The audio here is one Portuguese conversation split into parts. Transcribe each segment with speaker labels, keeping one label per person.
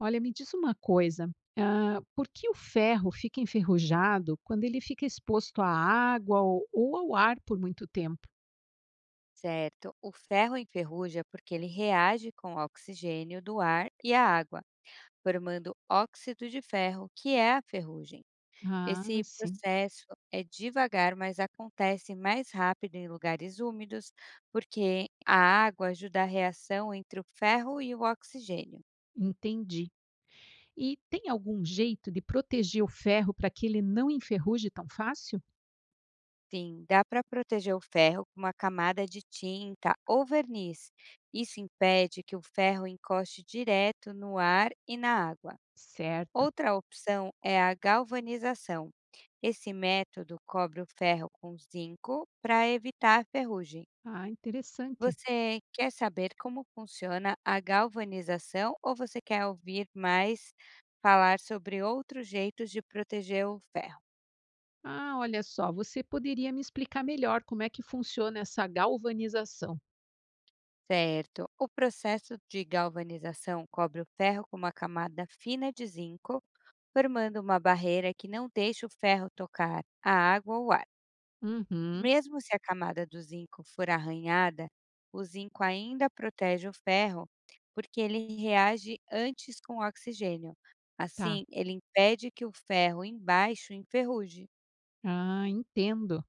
Speaker 1: Olha, me diz uma coisa, por que o ferro fica enferrujado quando ele fica exposto à água ou ao ar por muito tempo?
Speaker 2: Certo, o ferro enferruja porque ele reage com o oxigênio do ar e a água, formando óxido de ferro, que é a ferrugem.
Speaker 1: Ah,
Speaker 2: Esse
Speaker 1: sim,
Speaker 2: processo é devagar, mas acontece mais rápido em lugares úmidos, porque a água ajuda a reação entre o ferro e o oxigênio.
Speaker 1: entendi. E tem algum jeito de proteger o ferro para que ele não enferruje tão fácil?
Speaker 2: Sim, dá para proteger o ferro com uma camada de tinta ou verniz. Isso impede que o ferro encoste direto no ar e na água.
Speaker 1: Certo.
Speaker 2: Outra opção é a galvanização. Esse método cobre o ferro com zinco para evitar a ferrugem.
Speaker 1: Ah, interessante.
Speaker 2: Você quer saber como funciona a galvanização ou você quer ouvir mais falar sobre outros jeitos de proteger o ferro?
Speaker 1: Olha só, você poderia me explicar melhor como é que funciona essa galvanização?
Speaker 2: Certo. O processo de galvanização cobre o ferro com uma camada fina de zinco, formando uma barreira que não deixa o ferro tocar a água ou ar.
Speaker 1: Uhum,
Speaker 2: Mesmo se a camada do zinco for arranhada, o zinco ainda protege o ferro porque ele reage antes com o oxigênio.
Speaker 1: tá.
Speaker 2: Assim, ele impede que o ferro embaixo enferruje.
Speaker 1: Ah, entendo.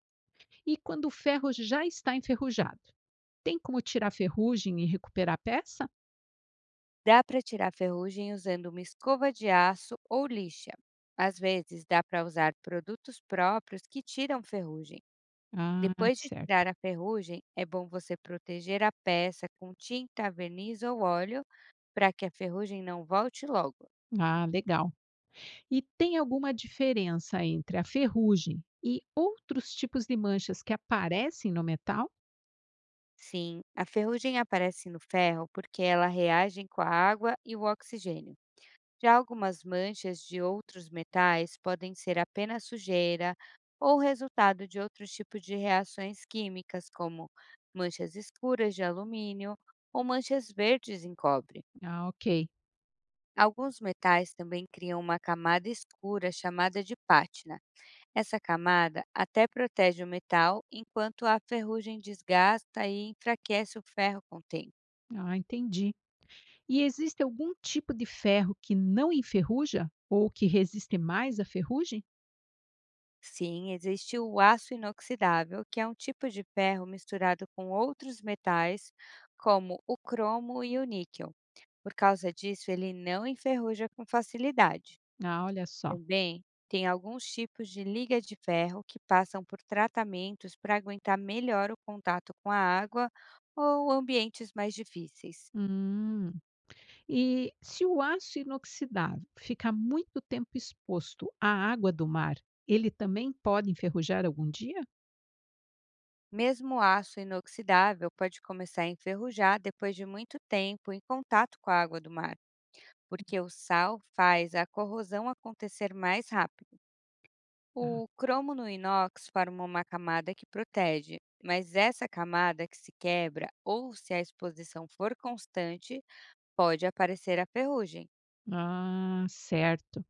Speaker 1: E quando o ferro já está enferrujado? Tem como tirar ferrugem e recuperar a peça?
Speaker 2: Dá para tirar ferrugem usando uma escova de aço ou lixa. Às vezes, dá para usar produtos próprios que tiram ferrugem.
Speaker 1: Ah,
Speaker 2: Depois de
Speaker 1: certo.
Speaker 2: tirar a ferrugem, é bom você proteger a peça com tinta, verniz ou óleo para que a ferrugem não volte logo.
Speaker 1: Ah, legal. E tem alguma diferença entre a ferrugem e outros tipos de manchas que aparecem no metal?
Speaker 2: Sim, a ferrugem aparece no ferro porque ela reage com a água e o oxigênio. Já algumas manchas de outros metais podem ser apenas sujeira ou resultado de outros tipos de reações químicas, como manchas escuras de alumínio ou manchas verdes em cobre.
Speaker 1: Ah, ok.
Speaker 2: Alguns metais também criam uma camada escura chamada de pátina. Essa camada até protege o metal, enquanto a ferrugem desgasta e enfraquece o ferro com o tempo.
Speaker 1: Ah, entendi. E existe algum tipo de ferro que não enferruja ou que resiste mais à ferrugem?
Speaker 2: Sim, existe o aço inoxidável, que é um tipo de ferro misturado com outros metais, como o cromo e o níquel. Por causa disso, ele não enferruja com facilidade.
Speaker 1: Ah, olha só.
Speaker 2: Também tem alguns tipos de liga de ferro que passam por tratamentos para aguentar melhor o contato com a água ou ambientes mais difíceis.
Speaker 1: Hum. E se o aço inoxidável ficar muito tempo exposto à água do mar, ele também pode enferrujar algum dia?
Speaker 2: Mesmo o aço inoxidável pode começar a enferrujar depois de muito tempo em contato com a água do mar, porque o sal faz a corrosão acontecer mais rápido.
Speaker 1: Tá.
Speaker 2: O cromo no inox forma uma camada que protege, mas essa camada que se quebra ou se a exposição for constante, pode aparecer a ferrugem.
Speaker 1: Ah, certo.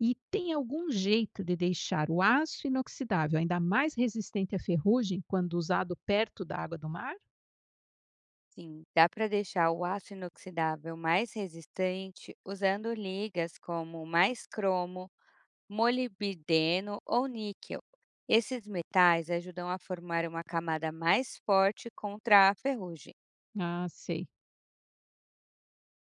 Speaker 1: E tem algum jeito de deixar o aço inoxidável ainda mais resistente à ferrugem quando usado perto da água do mar?
Speaker 2: Sim, dá para deixar o aço inoxidável mais resistente usando ligas como mais cromo, molibdeno ou níquel. Esses metais ajudam a formar uma camada mais forte contra a ferrugem.
Speaker 1: Ah, sei.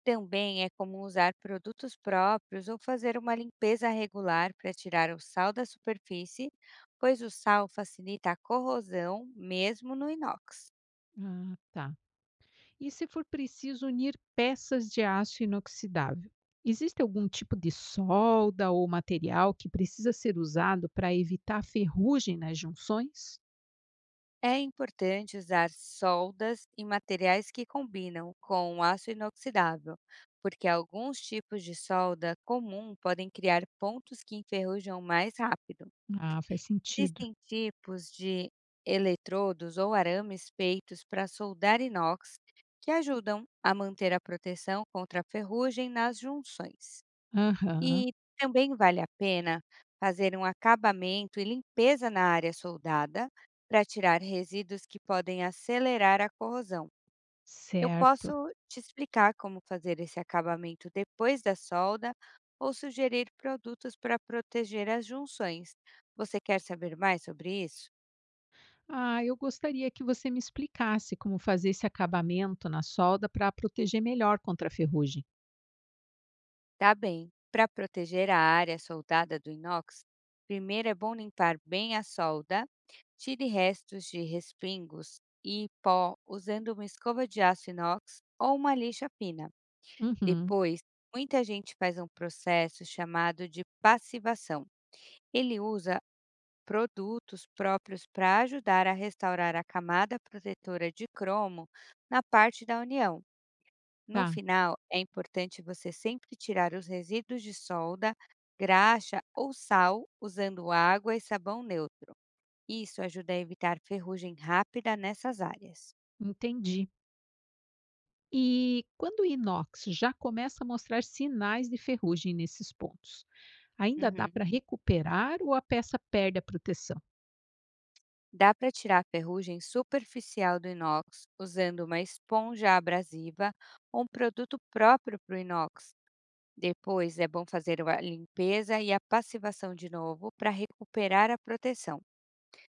Speaker 2: Também é comum usar produtos próprios ou fazer uma limpeza regular para tirar o sal da superfície, pois o sal facilita a corrosão mesmo no inox.
Speaker 1: Ah, tá. E se for preciso unir peças de aço inoxidável? Existe algum tipo de solda ou material que precisa ser usado para evitar ferrugem nas junções?
Speaker 2: É importante usar soldas e materiais que combinam com o aço inoxidável, porque alguns tipos de solda comum podem criar pontos que enferrujam mais rápido.
Speaker 1: Ah, faz sentido.
Speaker 2: Existem tipos de eletrodos ou arames feitos para soldar inox que ajudam a manter a proteção contra a ferrugem nas junções.
Speaker 1: Aham,
Speaker 2: E também vale a pena fazer um acabamento e limpeza na área soldada para tirar resíduos que podem acelerar a corrosão. Eu
Speaker 1: certo.
Speaker 2: posso te explicar como fazer esse acabamento depois da solda ou sugerir produtos para proteger as junções. Você quer saber mais sobre isso?
Speaker 1: Eu gostaria que você me explicasse como fazer esse acabamento na solda para proteger melhor contra a ferrugem.
Speaker 2: Tá bem. Para proteger a área soldada do inox, primeiro é bom limpar bem a solda, tire restos de respingos e pó usando uma escova de aço inox ou uma lixa fina.
Speaker 1: Uhum,
Speaker 2: Depois, muita gente faz um processo chamado de passivação. Ele usa produtos próprios para ajudar a restaurar a camada protetora de cromo na parte da união. No
Speaker 1: tá,
Speaker 2: final, é importante você sempre tirar os resíduos de solda, graxa ou sal usando água e sabão neutro. Isso ajuda a evitar ferrugem rápida nessas áreas.
Speaker 1: entendi. E quando o inox já começa a mostrar sinais de ferrugem nesses pontos, ainda dá
Speaker 2: Uhum.
Speaker 1: para recuperar ou a peça perde a proteção?
Speaker 2: Dá para tirar a ferrugem superficial do inox usando uma esponja abrasiva ou um produto próprio para o inox. Depois é bom fazer a limpeza e a passivação de novo para recuperar a proteção.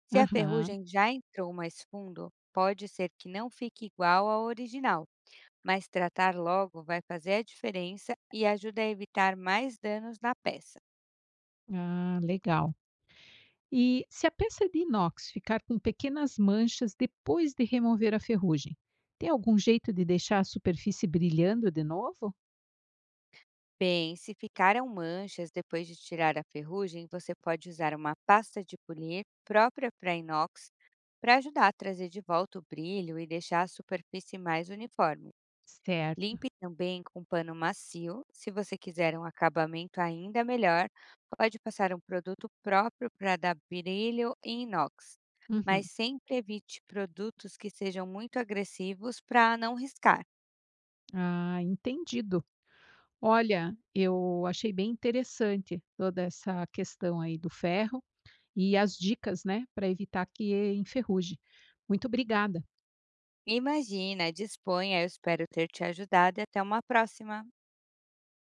Speaker 2: Se a
Speaker 1: Aham,
Speaker 2: ferrugem já entrou mais fundo, pode ser que não fique igual ao original, mas tratar logo vai fazer a diferença e ajuda a evitar mais danos na peça.
Speaker 1: ah, legal. E se a peça de inox ficar com pequenas manchas depois de remover a ferrugem, tem algum jeito de deixar a superfície brilhando de novo?
Speaker 2: Bem, se ficaram manchas depois de tirar a ferrugem, você pode usar uma pasta de polir própria para inox para ajudar a trazer de volta o brilho e deixar a superfície mais uniforme.
Speaker 1: Certo.
Speaker 2: Limpe também com pano macio. Se você quiser um acabamento ainda melhor, pode passar um produto próprio para dar brilho em inox. Mas
Speaker 1: Uhum.
Speaker 2: sempre evite produtos que sejam muito agressivos para não riscar.
Speaker 1: Ah, entendido. Olha, eu achei bem interessante toda essa questão aí do ferro e as dicas, né, para evitar que enferruje. Muito obrigada.
Speaker 2: Imagina, disponha, eu espero ter te ajudado e até uma próxima!